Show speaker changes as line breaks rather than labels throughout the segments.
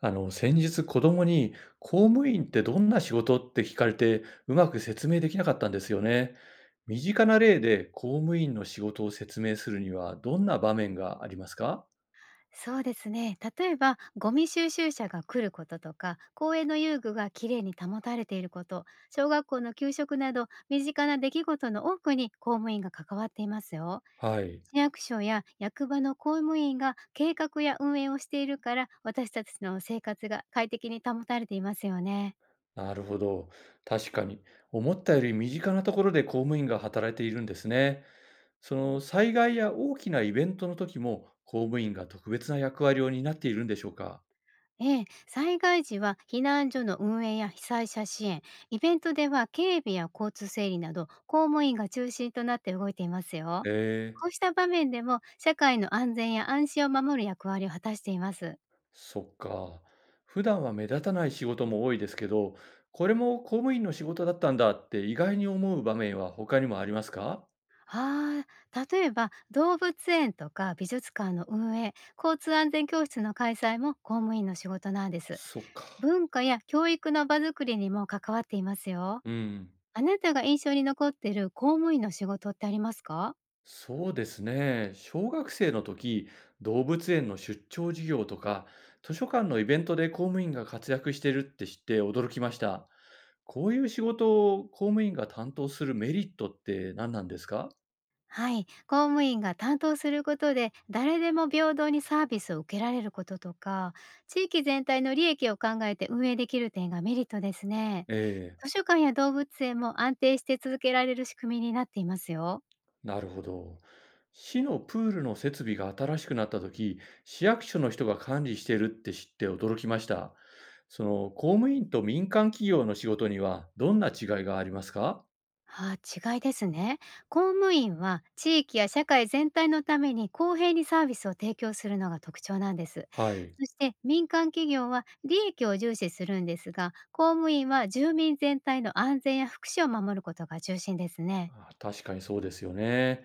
先日子供に公務員ってどんな仕事って聞かれてうまく説明できなかったんですよね。身近な例で公務員の仕事を説明するにはどんな場面がありますか？
そうですね。例えば、ゴミ収集車が来ることとか、公園の遊具がきれいに保たれていること、小学校の給食など、身近な出来事の多くに公務員が関わっていますよ。
はい。
市役所や役場の公務員が計画や運営をしているから、私たちの生活が快適に保たれていますよね。
なるほど。確かに。思ったより身近なところで公務員が働いているんですね。その災害や大きなイベントの時も公務員が特別な役割を担っているんでしょうか？
ええ、災害時は避難所の運営や被災者支援、イベントでは警備や交通整理など公務員が中心となって動いていますよ。
え
こ
え。
うした場面でも社会の安全や安心を守る役割を果たしています。
そっか。普段は目立たない仕事も多いですけど、これも公務員の仕事だったんだって意外に思う場面は他にもありますか？
ああ、例えば動物園とか美術館の運営、交通安全教室の開催も公務員の仕事なんです。
そっか。
文化や教育の場づくりにも関わっていますよ。
うん。
あなたが印象に残っている公務員の仕事ってありますか？
そうですね。小学生の時、動物園の出張授業とか、図書館のイベントで公務員が活躍してるって知って驚きました。こういう仕事を公務員が担当するメリットって何なんですか？
はい、公務員が担当することで誰でも平等にサービスを受けられることとか、地域全体の利益を考えて運営できる点がメリットですね。
ええ。
図書館や動物園も安定して続けられる仕組みになっていますよ。
なるほど。市のプールの設備が新しくなったとき、市役所の人が管理しているって知って驚きました。その公務員と民間企業の仕事にはどんな違いがありますか？
ああ、違いですね。公務員は地域や社会全体のために公平にサービスを提供するのが特徴なんです。
はい。
そして民間企業は利益を重視するんですが、公務員は住民全体の安全や福祉を守ることが中心ですね。
あ、確かにそうですよね。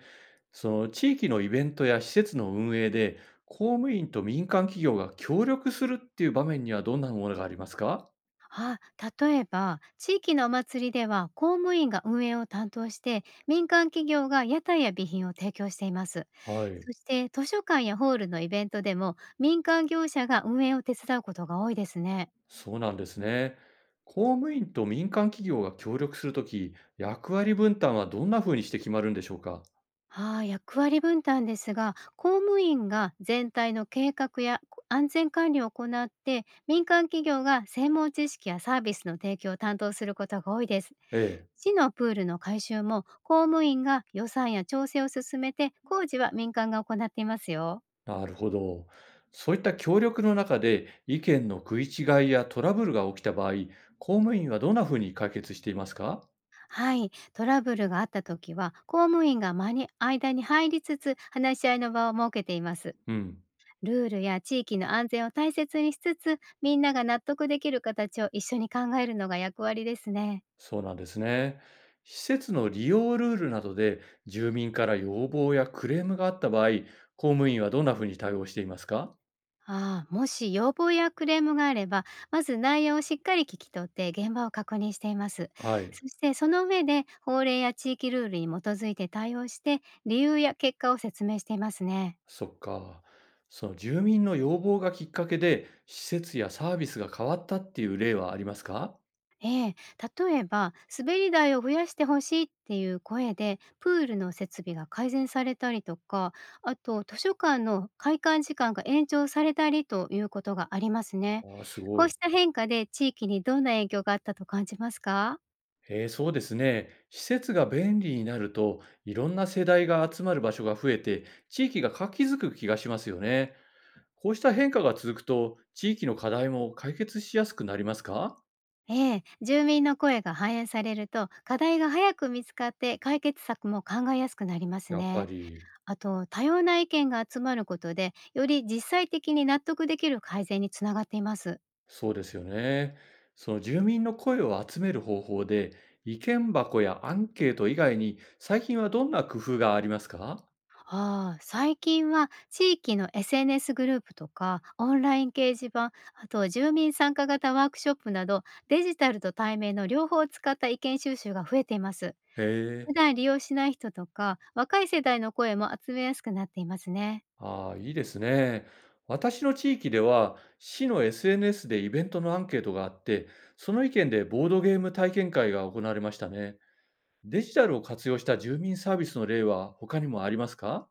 その地域のイベントや施設の運営で、公務員と民間企業が協力するっていう場面にはどんなものがありますか？
ああ、例えば地域のお祭りでは公務員が運営を担当して、民間企業が屋台や備品を提供しています。
はい。
そして図書館やホールのイベントでも民間業者が運営を手伝うことが多いですね。
そうなんですね。公務員と民間企業が協力するとき、役割分担はどんなふうにして決まるんでしょうか？
ああ、役割分担ですが、公務員が全体の計画や安全管理を行って、民間企業が専門知識やサービスの提供を担当することが多いです。
ええ、
市のプールの改修も公務員が予算や調整を進めて、工事は民間が行っていますよ。
なるほど。そういった協力の中で意見の食い違いやトラブルが起きた場合、公務員はどんなふうに解決していますか？
はい、トラブルがあった時は、公務員が間に入りつつ話し合いの場を設けています。
うん、
ルールや地域の安全を大切にしつつ、みんなが納得できる形を一緒に考えるのが役割ですね。
そうなんですね。施設の利用ルールなどで住民から要望やクレームがあった場合、公務員はどんなふうに対応していますか？
ああ、もし要望やクレームがあれば、まず内容をしっかり聞き取って現場を確認しています。
はい。
そしてその上で法令や地域ルールに基づいて対応して、理由や結果を説明していますね。
そっか。その住民の要望がきっかけで、施設やサービスが変わったっていう例はありますか？
ええ、例えば「滑り台を増やしてほしい」っていう声でプールの設備が改善されたりとか、あと図書館の開館時間が延長されたりということがありますね。
ああ、す
こ
ご
う
い。
した変化で地域にどんな影響があったと感じますか？
そうですね。施設が便利になると、いろんな世代が集まる場所が増えて、地域が活気づく気がしますよね。こうした変化が続くと、地域の課題も解決しやすくなりますか？
ええ、住民の声が反映されると課題が早く見つかって解決策も考えやすくなります
やっぱ
ね。
り。
あと多様な意見が集まることで、より実際的に納得できる改善につながっています。
そうですよね。その住民の声を集める方法で、意見箱やアンケート以外に、最近はどんな工夫がありますか？
ああ、最近は地域の SNS グループとかオンライン掲示板、あと住民参加型ワークショップなど、デジタルと対面の両方を使った意見収集が増えています。
へ
普
え。
段利用しない人とか若い世代の声も集めやすくなっていますね。
ああ、いいですね。私の地域では、市の SNS でイベントのアンケートがあって、その意見でボードゲーム体験会が行われましたね。デジタルを活用した住民サービスの例は他にもありますか？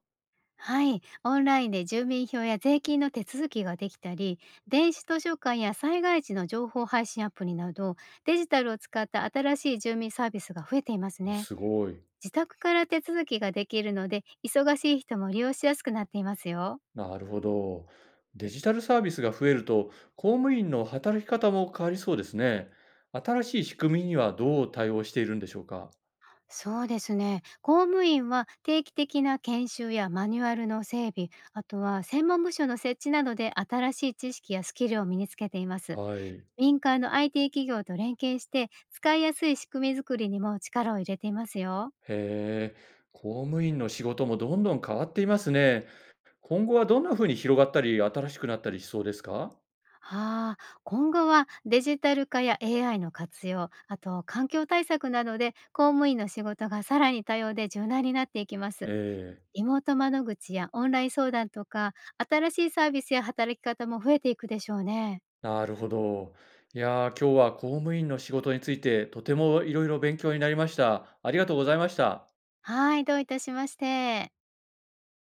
はい、オンラインで住民票や税金の手続きができたり、電子図書館や災害時の情報配信アプリなど、デジタルを使った新しい住民サービスが増えていますね。
すごい。
自宅から手続きができるので、忙しい人も利用しやすくなっていますよ。
なるほど。デジタルサービスが増えると、公務員の働き方も変わりそうですね。新しい仕組みにはどう対応しているんでしょうか？
そうですね。公務員は定期的な研修やマニュアルの整備、あとは専門部署の設置などで新しい知識やスキルを身につけています。
はい。
民間の IT 企業と連携して、使いやすい仕組み作りにも力を入れていますよ。
へえ。公務員の仕事もどんどん変わっていますね。今後はどんな風に広がったり、新しくなったりしそうですか？
はあ、今後はデジタル化や AI の活用、あと環境対策などで公務員の仕事がさらに多様で柔軟になっていきま
え
す。
え。
リモート窓口やオンライン相談とか、新しいサービスや働き方も増えていくでしょうね。
なるほど。いやー、今日は公務員の仕事についてとてもいろいろ勉強になりました。ありがとうございました。
はい、どういたしまして。